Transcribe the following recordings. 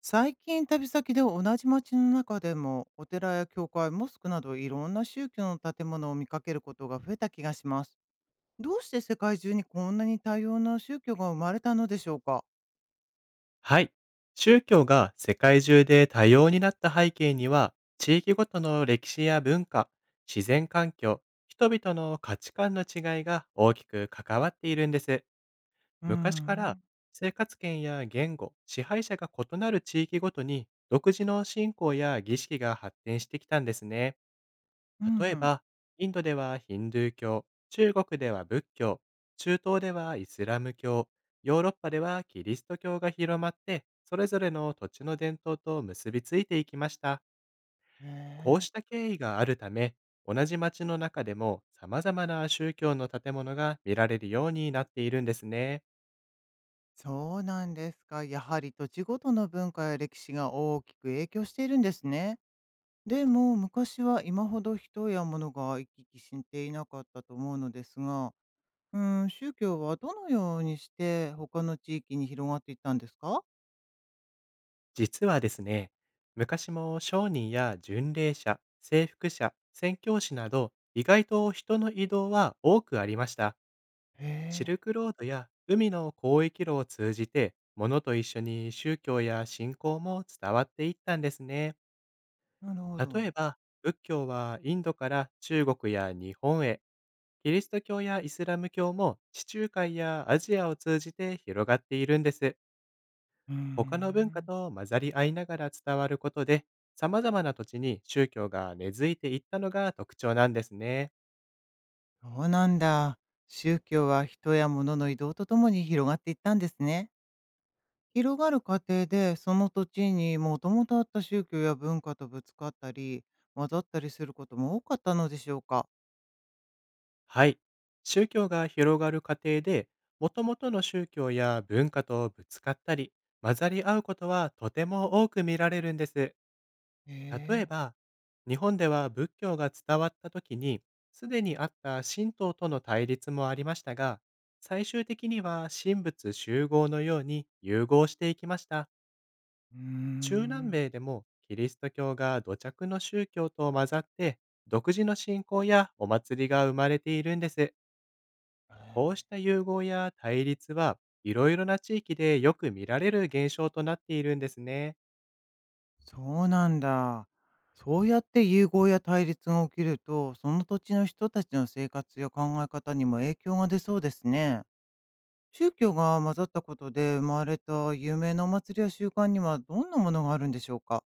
最近旅先で同じ街の中でもお寺や教会モスクなどいろんな宗教の建物を見かけることが増えた気がします。どうして世界中にこんなに多様な宗教が生まれたのでしょうか？はい。宗教が世界中で多様になった背景には、地域ごとの歴史や文化、自然環境、人々の価値観の違いが大きく関わっているんです。うー昔からん。生活圏や言語、支配者が異なる地域ごとに独自の信仰や儀式が発展してきたんですね。うん例うえん。ば、インドではヒンドゥー教、中国では仏教、中東ではイスラム教、ヨーロッパではキリスト教が広まって、それぞれの土地の伝統と結びついていきました。へこうえ。した経緯があるため、同じ町の中でも様々な宗教の建物が見られるようになっているんですね。そうなんですか。やはり土地ごとの文化や歴史が大きく影響しているんですね。でも昔は今ほど人や物が行き来していなかったと思うのですが、宗教はどのようにして他の地域に広がっていったんですか？実はですね、昔も商人や巡礼者、征服者、宣教師など、意外と人の移動は多くありました。へシえ。ルクロードや海の交易路を通じて、物と一緒に宗教や信仰も伝わっていったんですね。なるほ例えど。ば、仏教はインドから中国や日本へ、キリスト教やイスラム教も地中海やアジアを通じて広がっているんです。うー他の文化ん。と混ざり合いながら伝わることで、様々な土地に宗教が根付いていったのが特徴なんですね。そうなんだ。宗教は人や物の移動とともに広がっていったんですね。広がる過程で、その土地にもともとあった宗教や文化とぶつかったり、混ざったりすることも多かったのでしょうか？はい。宗教が広がる過程で、もともとの宗教や文化とぶつかったり、混ざり合うことはとても多く見られるんです。へ例ええ。ば、日本では仏教が伝わった時に、すでにあった神道との対立もありましたが、最終的には神仏集合のように融合していきました。うー中南ん。米でもキリスト教が土着の宗教と混ざって、独自の信仰やお祭りが生まれているんです。こうした融合や対立は、いろいろな地域でよく見られる現象となっているんですね。そうなんだ。そうやって融合や対立が起きると、その土地の人たちの生活や考え方にも影響が出そうですね。宗教が混ざったことで生まれた有名なお祭りや習慣にはどんなものがあるんでしょうか？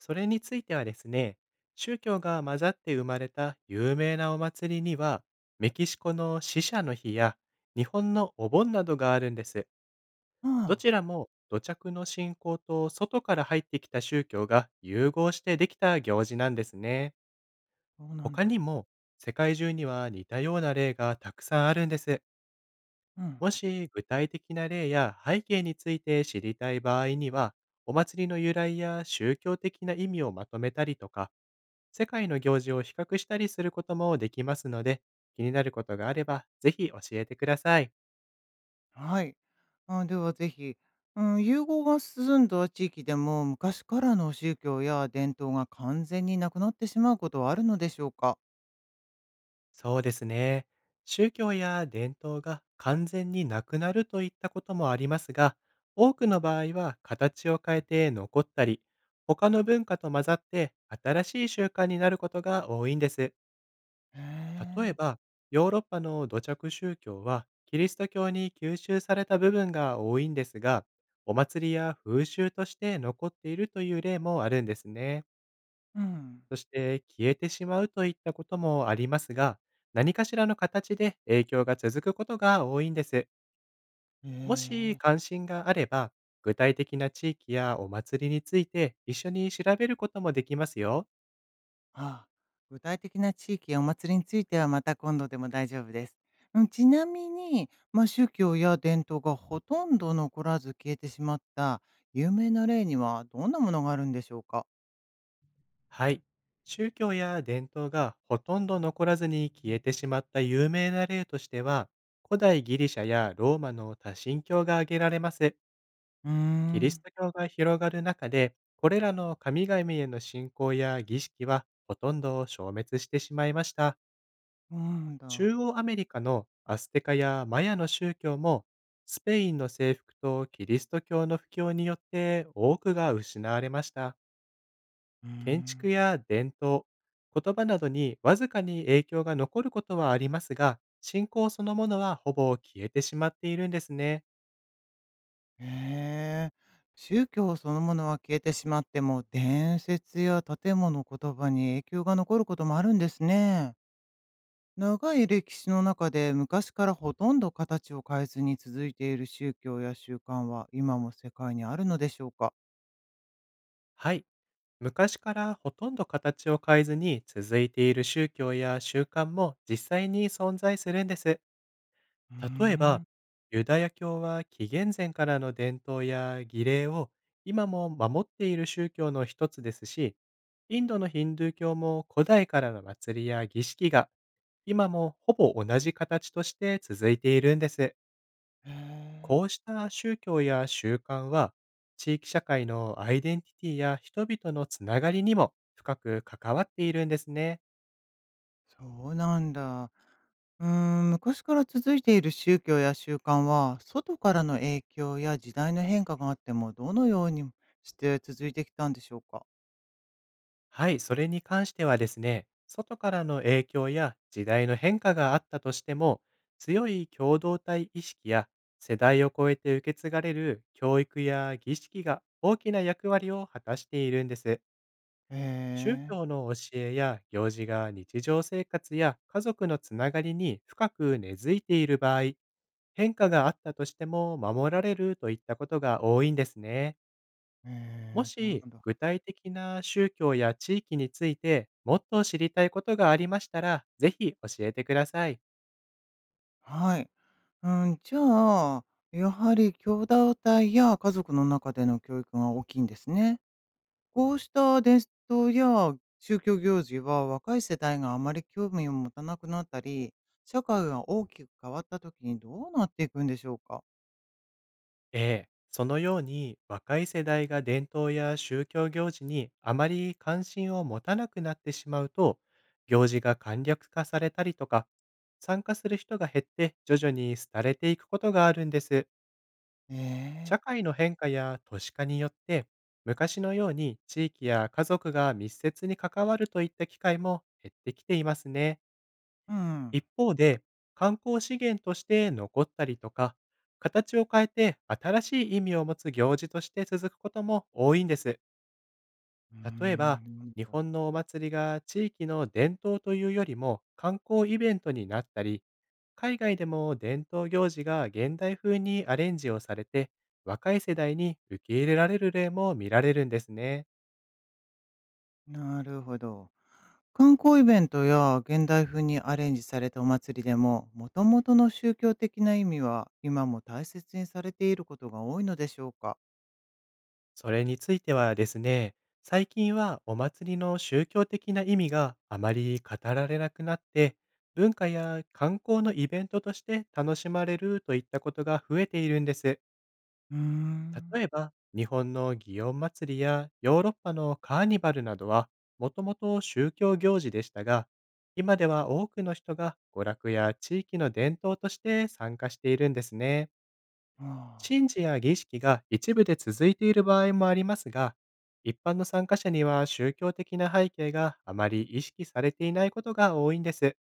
それについてはですね、宗教が混ざって生まれた有名なお祭りには、メキシコの死者の日や日本のお盆などがあるんです。あどあ、ちらも土着の信仰と外から入ってきた宗教が融合してできた行事なんですね。そうなん他にだ。も、世界中には似たような例がたくさんあるんです。うん。もし具体的な例や背景について知りたい場合には、お祭りの由来や宗教的な意味をまとめたりとか、世界の行事を比較したりすることもできますので、気になることがあればぜひ教えてください。はい。あ、ではぜひ。うん、融合が進んだ地域でも昔からの宗教や伝統が完全になくなってしまうことはあるのでしょうか？そうですね。宗教や伝統が完全になくなるといったこともありますが、多くの場合は形を変えて残ったり、他の文化と混ざって新しい習慣になることが多いんです。へ例ええ。ば、ヨーロッパの土着宗教は、キリスト教に吸収された部分が多いんですが、お祭りや風習として残っているという例もあるんですね。うん。そして、消えてしまうといったこともありますが、何かしらの形で影響が続くことが多いんです。へもしえ。関心があれば、具体的な地域やお祭りについて一緒に調べることもできますよ。ああ、具体的な地域やお祭りについてはまた今度でも大丈夫です。うん、ちなみに、宗教や伝統がほとんど残らず消えてしまった有名な例にはどんなものがあるんでしょうか？はい。宗教や伝統がほとんど残らずに消えてしまった有名な例としては、古代ギリシャやローマの多神教が挙げられます。うーキリスん、ト教が広がる中で、これらの神々への信仰や儀式はほとんど消滅してしまいました。なん中だ。央アメリカのアステカやマヤの宗教も、スペインの征服とキリスト教の布教によって多くが失われました。うー建ん。築や伝統、言葉などにわずかに影響が残ることはありますが、信仰そのものはほぼ消えてしまっているんですね。へえ。宗教そのものは消えてしまっても伝説や建物言葉に影響が残ることもあるんですね。長い歴史の中で昔からほとんど形を変えずに続いている宗教や習慣は今も世界にあるのでしょうか？はい。昔からほとんど形を変えずに続いている宗教や習慣も実際に存在するんです。うー例えん。ば、ユダヤ教は紀元前からの伝統や儀礼を今も守っている宗教の一つですし、インドのヒンドゥー教も古代からの祭りや儀式が今もほぼ同じ形として続いているんです。へえ、こうした宗教や習慣は、地域社会のアイデンティティや人々のつながりにも深く関わっているんですね。そうなんだ。うー昔から続いている宗教や習慣は、外からの影響や時代の変化があっても、どのようにして続いてきたんでしょうか。はい、それに関してはですね、外からの影響や時代の変化があったとしても、強い共同体意識や世代を超えて受け継がれる教育や儀式が大きな役割を果たしているんです。へ宗教え、の教えや行事が日常生活や家族のつながりに深く根付いている場合、変化があったとしても守られるといったことが多いんですね。へもえ、そうなんしだ。具体的な宗教や地域についてもっと知りたいことがありましたら、ぜひ教えてください。はい。うん、じゃあ、やはり兄弟や家族の中での教育が大きいんですね。こうした伝統や宗教行事は若い世代があまり興味を持たなくなったり、社会が大きく変わった時にどうなっていくんでしょうか？ええ、そのように若い世代が伝統や宗教行事にあまり関心を持たなくなってしまうと、行事が簡略化されたりとか、参加する人が減って徐々に廃れていくことがあるんです。え社え。会の変化や都市化によって、昔のように地域や家族が密接に関わるといった機会も減ってきていますね。うん。一方で、観光資源として残ったりとか、形を変えて新しい意味を持つ行事として続くことも多いんです。うー例えば、ん、なん日だ。本のお祭りが地域の伝統というよりも観光イベントになったり、海外でも伝統行事が現代風にアレンジをされて、若い世代に受け入れられる例も見られるんですね。なるほど。観光イベントや現代風にアレンジされたお祭りでも、もともとの宗教的な意味は今も大切にされていることが多いのでしょうか？それについてはですね、最近はお祭りの宗教的な意味があまり語られなくなって、文化や観光のイベントとして楽しまれるといったことが増えているんです。うーん。例えば、日本の祇園祭りやヨーロッパのカーニバルなどは、もともと宗教行事でしたが、今では多くの人が娯楽や地域の伝統として参加しているんですね。あ神事や儀式が一部で続いている場合もありますが、一般の参加者には宗教的な背景があまり意識されていないことが多いんです。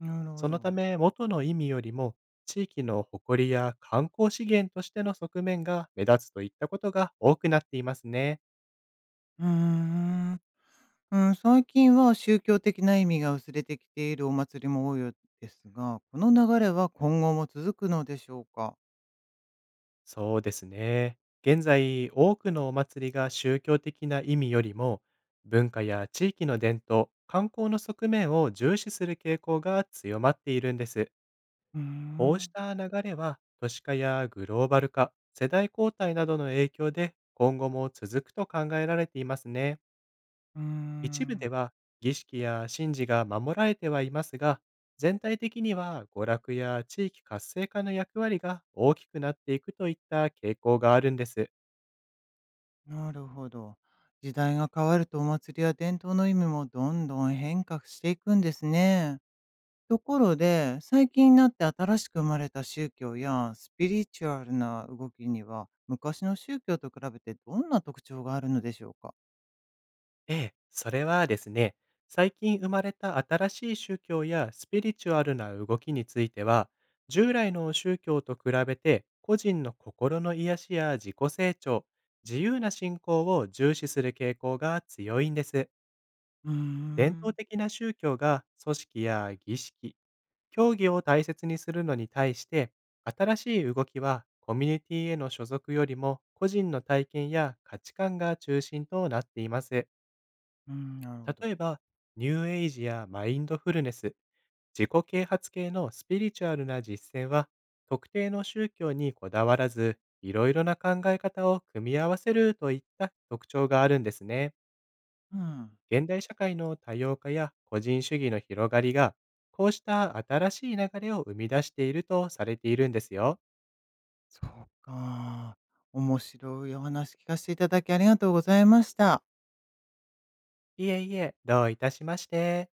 あ、なるほそのたど。め、元の意味よりも地域の誇りや観光資源としての側面が目立つといったことが多くなっていますね。うーん。うん、最近は宗教的な意味が薄れてきているお祭りも多いようですが、この流れは今後も続くのでしょうか？そうですね。現在、多くのお祭りが宗教的な意味よりも文化や地域の伝統、観光の側面を重視する傾向が強まっているんです。うーこうしん、た流れは、都市化やグローバル化、世代交代などの影響で今後も続くと考えられていますね。うー一部でん、は儀式や神事が守られてはいますが、全体的には娯楽や地域活性化の役割が大きくなっていくといった傾向があるんです。なるほど。時代が変わるとお祭りや伝統の意味もどんどん変化していくんですね。ところで、最近になって新しく生まれた宗教やスピリチュアルな動きには、昔の宗教と比べてどんな特徴があるのでしょうか？ええ、それはですね、最近生まれた新しい宗教やスピリチュアルな動きについては、従来の宗教と比べて個人の心の癒しや自己成長、自由な信仰を重視する傾向が強いんです。うー伝統ん、的な宗教が組織や儀式、教義を大切にするのに対して、新しい動きはコミュニティへの所属よりも個人の体験や価値観が中心となっています。うん、なるほど。例えば、ニューエイジやマインドフルネス、自己啓発系のスピリチュアルな実践は、特定の宗教にこだわらず、いろいろな考え方を組み合わせるといった特徴があるんですね。うん。現代社会の多様化や個人主義の広がりが、こうした新しい流れを生み出しているとされているんですよ。そうか。面白いお話聞かせていただきありがとうございました。いえいえ、どういたしまして。